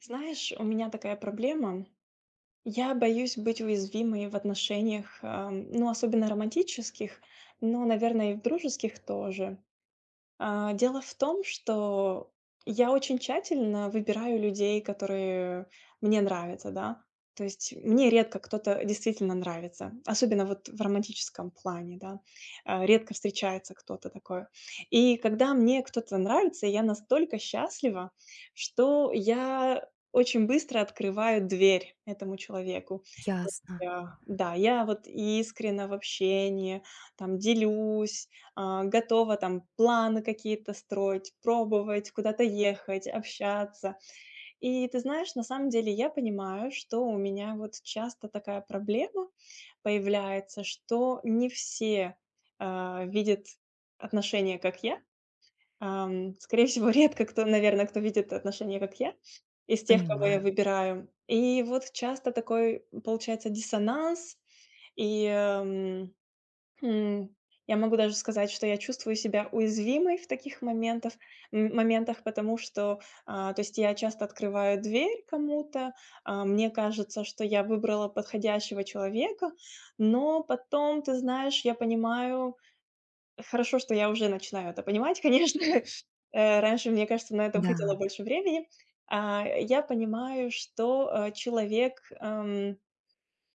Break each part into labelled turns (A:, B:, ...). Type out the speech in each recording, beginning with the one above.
A: Знаешь, у меня такая проблема. Я боюсь быть уязвимой в отношениях, особенно романтических, но, наверное, и в дружеских тоже. Дело в том, что я очень тщательно выбираю людей, которые мне нравятся, да. То есть мне редко кто-то действительно нравится, особенно вот в романтическом плане, да. Редко встречается кто-то такой. И когда мне кто-то нравится, я настолько счастлива, что я очень быстро открываю дверь этому человеку. То
B: Ясно,
A: есть, да, я вот искренна в общении, там делюсь, готова там планы какие-то строить, пробовать, куда-то ехать, общаться. И ты знаешь, на самом деле я понимаю, что у меня вот часто такая проблема появляется, что не все, видят отношения, как я. Скорее всего, редко кто, наверное, кто видит отношения, как я, из тех, кого я
B: понимаю.
A: выбираю. И вот часто такой получается диссонанс. И, ам М, я могу даже сказать, что я чувствую себя уязвимой в моментах, потому что, то есть я часто открываю дверь кому-то, мне кажется, что я выбрала подходящего человека, но потом, ты знаешь, я понимаю хорошо, что я уже начинаю это понимать, конечно. Раньше, мне кажется, на это уходило
B: Да.
A: больше времени. Я понимаю, что, человек,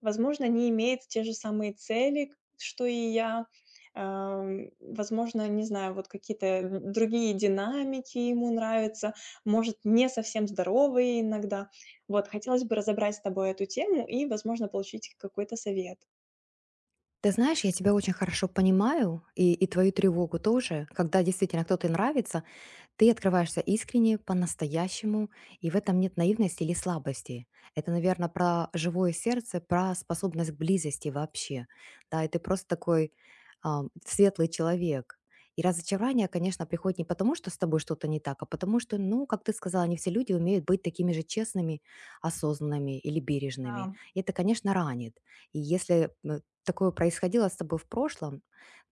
A: возможно, не имеет те же самые цели, к что и я. Возможно, не знаю, вот какие-то, другие динамики ему нравятся, может, не совсем здоровые иногда. Вот, хотелось бы разобрать с тобой эту тему и, возможно, получить какой-то совет.
B: Ты знаешь, я тебя очень хорошо понимаю и твою тревогу тоже, когда действительно кто-то нравится. Ты открываешься искренне, по-настоящему, и в этом нет наивности или слабости. Это, наверное, про живое сердце, про способность к близости вообще. Да, и ты просто такой светлый человек. И разочарование, конечно, приходит не потому, что с тобой что-то не так, а потому что, ну, как ты сказала, не все люди умеют быть такими же честными, осознанными или бережными.
A: Да,
B: И это, конечно, ранит. И если такое происходило с тобой в прошлом,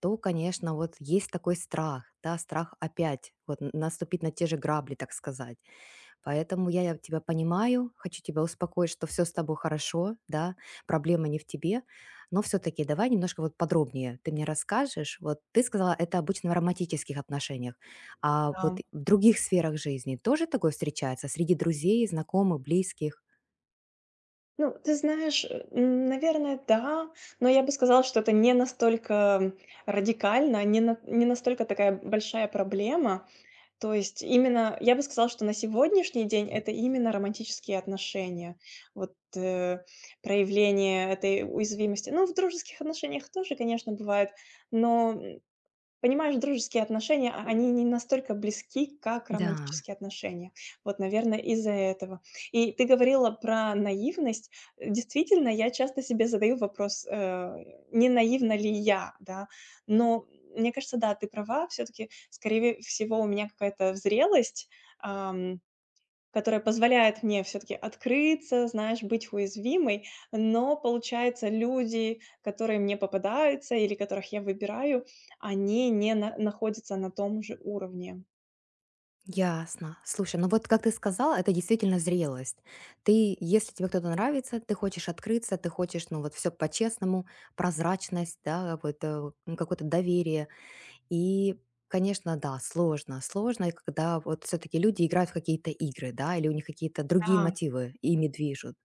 B: то, конечно, вот есть такой страх, да, страх опять вот наступить на те же грабли, так сказать. Поэтому я тебя понимаю, хочу тебя успокоить, что все с тобой хорошо, да, проблема не в тебе, но все-таки давай немножко вот подробнее ты мне расскажешь. Вот ты сказала, это обычно в романтических отношениях, а вот
A: да.
B: в других сферах жизни тоже такое встречается среди друзей, знакомых, близких?
A: Ну, ты знаешь, наверное, да, но я бы сказала, что это не настолько радикально, не настолько такая большая проблема. То есть именно, я бы сказала, что на сегодняшний день это именно романтические отношения. Вот, проявление этой уязвимости. Ну, в дружеских отношениях тоже, конечно, бывает. Но понимаешь, дружеские отношения, они не настолько близки, как
B: Да.
A: романтические отношения. Вот, наверное, из-за этого. И ты говорила про наивность. Действительно, я часто себе задаю вопрос, не наивна ли я, да? Но мне кажется, да, ты права, все-таки, скорее всего, у меня какая-то зрелость, которая позволяет мне все таки открыться, знаешь, быть уязвимой. Но, получается, люди, которые мне попадаются или которых я выбираю, они не на находятся на том же уровне.
B: Ясно. Слушай, ну вот как ты сказала, это действительно зрелость. Ты, если тебе кто-то нравится, ты хочешь открыться, ты хочешь, ну вот все по-честному, прозрачность, да, вот ну, какое-то доверие. И, конечно, да, сложно, сложно, когда вот все-таки люди играют в какие-то игры, да, или у них какие-то другие
A: Да,
B: мотивы ими движут.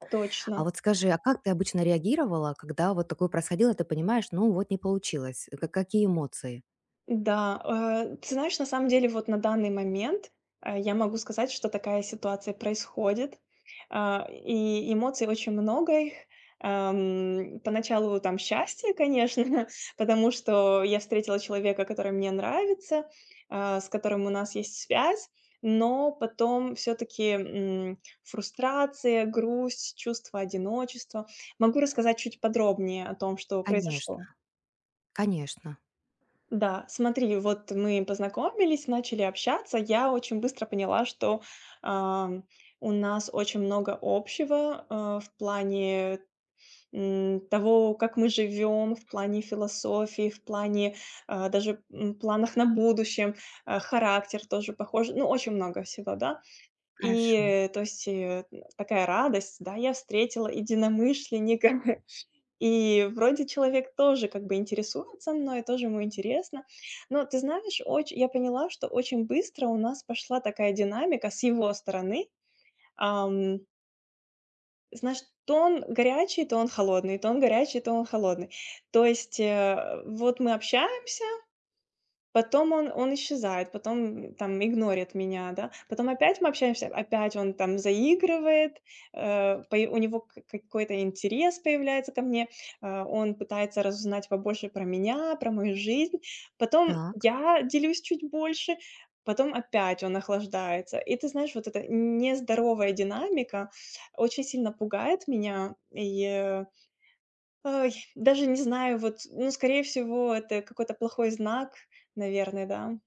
B: А
A: точно.
B: вот скажи, а как ты обычно реагировала, когда вот такое происходило, ты понимаешь, ну вот не получилось, какие эмоции?
A: Да, ты знаешь, на самом деле вот на данный момент, я могу сказать, что такая ситуация происходит, и эмоций очень много их. Поначалу там счастье, конечно, потому что я встретила человека, который мне нравится, с которым у нас есть связь, но потом все таки фрустрация, грусть, чувство одиночества. Могу рассказать чуть подробнее о том, что
B: Конечно,
A: произошло.
B: конечно.
A: Да, смотри, вот мы познакомились, начали общаться. Я очень быстро поняла, что, ам, у нас очень много общего, в плане, того, как мы живем, в плане философии, в плане, даже, планах на будущем, характер тоже похож. Ну, очень много всего, да. И,
B: Хорошо.
A: э, то есть, э, Такая радость, да, я встретила единомышленника. И вроде человек тоже как бы интересуется мной, тоже ему интересно. Но ты знаешь, оч я поняла, что очень быстро у нас пошла такая динамика с его стороны. Ам, Знаешь, то он горячий, то он холодный, то он горячий, то он холодный. То есть, вот мы общаемся. Потом он исчезает, потом там игнорит меня, да. Потом опять мы общаемся, опять он там заигрывает, э, пое у него к какой-то интерес появляется ко мне, он пытается разузнать побольше про меня, про мою жизнь. Потом
B: Так.
A: я делюсь чуть больше, потом опять он охлаждается. И ты знаешь, вот эта нездоровая динамика очень сильно пугает меня. Ой, даже не знаю, вот, ну, скорее всего, это какой-то плохой знак, наверное, да.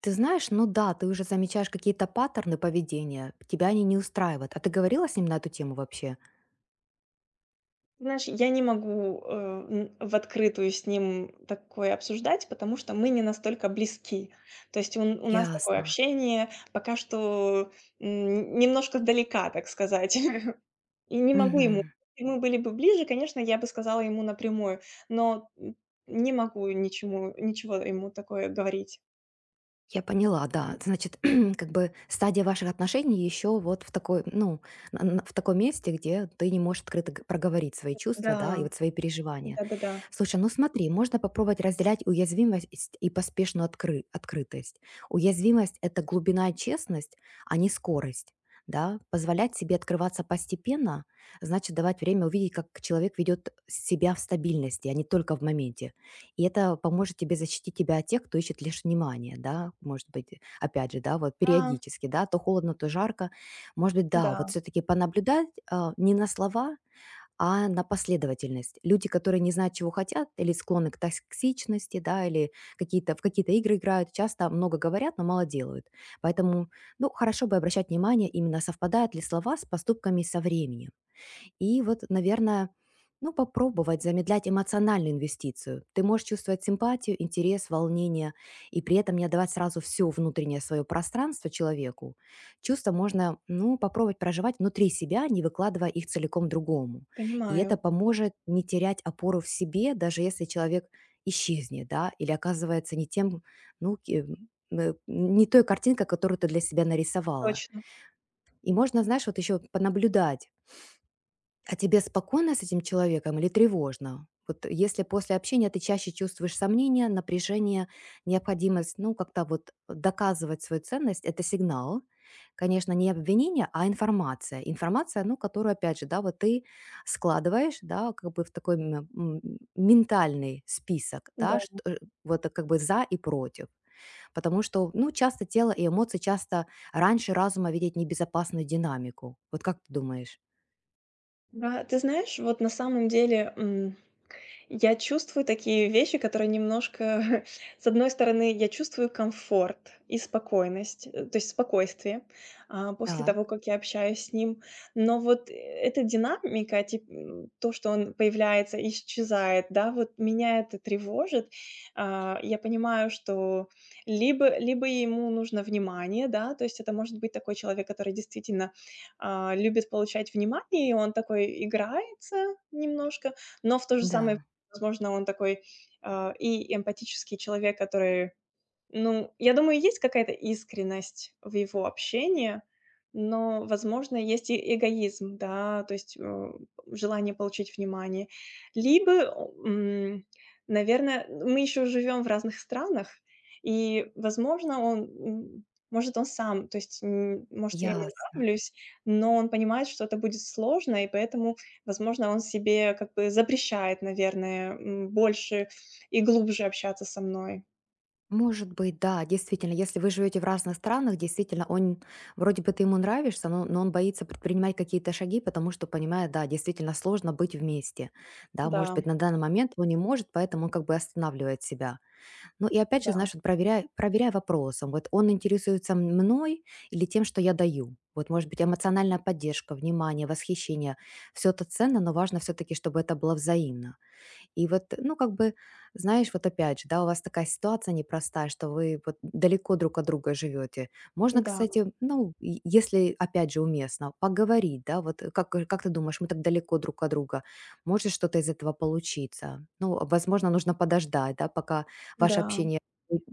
B: Ты знаешь, ну да, ты уже замечаешь какие-то паттерны поведения, тебя они не устраивают. А ты говорила с ним на эту тему вообще?
A: Знаешь, я не могу, в открытую с ним такое обсуждать, потому что мы не настолько близки. То есть у нас такое
B: Ясно.
A: общение пока что немножко далека, так сказать. И не могу ему.
B: Мгм.
A: Если мы были бы ближе, конечно, я бы сказала ему напрямую, но не могу ничего ему такое говорить.
B: Я поняла, да. Значит, как бы стадия ваших отношений еще вот в такой, ну, в таком месте, где ты не можешь открыто проговорить свои чувства,
A: Да,
B: да, и вот свои переживания.
A: да-да-да.
B: Слушай, ну смотри, можно попробовать разделять уязвимость и поспешную открытость. Уязвимость — это глубина и честность, а не скорость. Да, позволять себе открываться постепенно, значит давать время увидеть, как человек ведет себя в стабильности, а не только в моменте. И это поможет тебе защитить тебя от тех, кто ищет лишь внимание, да, может быть, опять же, да, вот
A: Да, да.
B: периодически, да, то холодно, то жарко. Может быть,
A: Да,
B: да, вот
A: да.
B: все-таки понаблюдать не на слова, а на последовательность. Люди, которые не знают, чего хотят, или склонны к токсичности, да, или какие-то, в какие-то игры играют, часто много говорят, но мало делают. Поэтому, ну, хорошо бы обращать внимание, именно совпадают ли слова с поступками со временем. И вот, наверное, ну, попробовать замедлять эмоциональную инвестицию. Ты можешь чувствовать симпатию, интерес, волнение, и при этом не отдавать сразу все внутреннее свое пространство человеку. Чувства можно, ну, попробовать проживать внутри себя, не выкладывая их целиком другому. И это
A: Понимаю,
B: поможет не терять опору в себе, даже если человек исчезнет, да, или оказывается не тем, ну, не той картинкой, которую ты для себя нарисовала.
A: точно,
B: И можно, знаешь, вот еще понаблюдать, а тебе спокойно с этим человеком или тревожно? Вот если после общения ты чаще чувствуешь сомнения, напряжение, необходимость, ну, как-то вот доказывать свою ценность, это сигнал. Конечно, не обвинение, а информация. Информация, ну, которую, опять же, да, вот ты складываешь, да, как бы в такой ментальный список,
A: да.
B: да, что, вот как бы за и против. Потому что, ну, часто тело и эмоции часто раньше разума видеть небезопасную динамику. Вот как ты думаешь?
A: Да, ты знаешь, вот на самом деле, я чувствую такие вещи, которые немножко С одной стороны, я чувствую комфорт и спокойность, э, то есть спокойствие, после
B: Так,
A: того, как я общаюсь с ним. Но вот, эта динамика, то, что он появляется, исчезает, да, вот меня это тревожит. Я понимаю, что либо ему нужно внимание, да, то есть это может быть такой человек, который действительно, любит получать внимание, и он такой играется немножко. Но в то же самое,
B: да.
A: возможно, он такой, и эмпатический человек, который, ну, я думаю, есть какая-то искренность в его общении, но, возможно, есть и эгоизм, да, то есть, желание получить внимание. Либо, м, наверное, мы еще живем в разных странах, и, возможно, может, он сам, то есть, может, я ему
B: Ясно.
A: нравлюсь, но он понимает, что это будет сложно, и поэтому, возможно, он себе как бы запрещает, наверное, больше и глубже общаться со мной.
B: Может быть, да, действительно, если вы живете в разных странах, действительно, он вроде бы ты ему нравишься, но он боится предпринимать какие-то шаги, потому что понимает, да, действительно сложно быть вместе. Да, может
A: Да,
B: быть, на данный момент он не может, поэтому он как бы останавливает себя. Ну и опять же,
A: да.
B: знаешь, вот проверяй, проверяй вопросом. Вот он интересуется мной или тем, что я даю. Вот, может быть, эмоциональная поддержка, внимание, восхищение. Все это ценно, но важно все-таки, чтобы это было взаимно. И вот, ну, как бы, знаешь, вот опять же, да, у вас такая ситуация непростая, что вы вот далеко друг от друга живете. Можно,
A: Да,
B: кстати, ну, и если, опять же, уместно, поговорить, да, вот как, как ты думаешь, мы так далеко друг от друга, может что-то из этого получиться? Ну, возможно, нужно подождать, да, пока ваше
A: да,
B: общение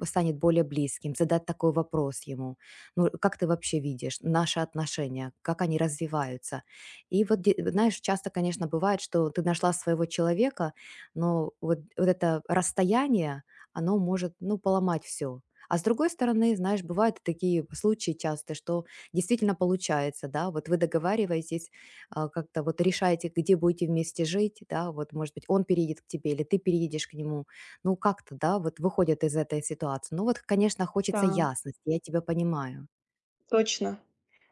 B: станет более близким, задать такой вопрос ему. Ну, как ты вообще видишь наши отношения, как они развиваются? И вот, знаешь, часто, конечно, бывает, что ты нашла своего человека, но вот это расстояние, оно может, ну, поломать все. А с другой стороны, знаешь, бывают и такие случаи часто, что действительно получается, да, вот вы договариваетесь, как-то вот решаете, где будете вместе жить, да, вот, может быть, он переедет к тебе или ты переедешь к нему. Ну, как-то, да, вот выходят из этой ситуации. Ну, вот, конечно,
A: да,
B: хочется ясности, я тебя понимаю.
A: точно.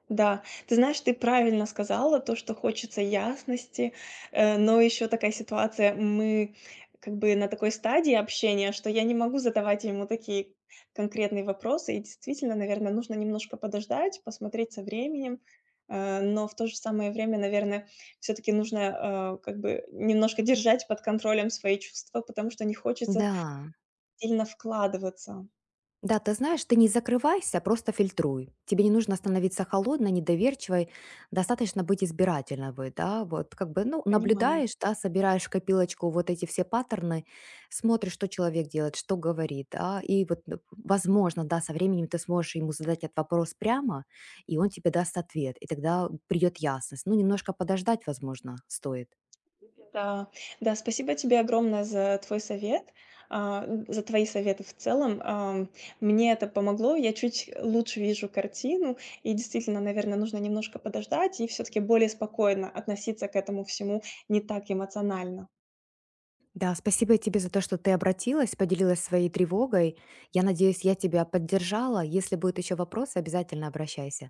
A: Да, ты знаешь, ты правильно сказала то, что хочется ясности, но еще такая ситуация, мы как бы на такой стадии общения, что я не могу задавать ему такие конкретные вопросы, и действительно, наверное, нужно немножко подождать, посмотреть со временем, но в то же самое время, наверное, все-таки нужно как бы немножко держать под контролем свои чувства, потому что не хочется
B: Да.
A: сильно вкладываться.
B: Да, ты знаешь, ты не закрывайся, просто фильтруй. Тебе не нужно становиться холодной, недоверчивой, достаточно быть избирательной, да, вот как бы, ну,
A: Понимаю.
B: наблюдаешь, да, собираешь в копилочку вот эти все паттерны, смотришь, что человек делает, что говорит, да, и вот, ну, возможно, да, со временем ты сможешь ему задать этот вопрос прямо, и он тебе даст ответ, и тогда придет ясность. Ну, немножко подождать, возможно, стоит.
A: Да, да, спасибо тебе огромное за твой совет, за твои советы в целом. Мне это помогло, я чуть лучше вижу картину, и действительно, наверное, нужно немножко подождать и все-таки более спокойно относиться к этому всему, не так эмоционально.
B: Да, спасибо тебе за то, что ты обратилась, поделилась своей тревогой. Я надеюсь, я тебя поддержала. Если будут еще вопросы, обязательно обращайся.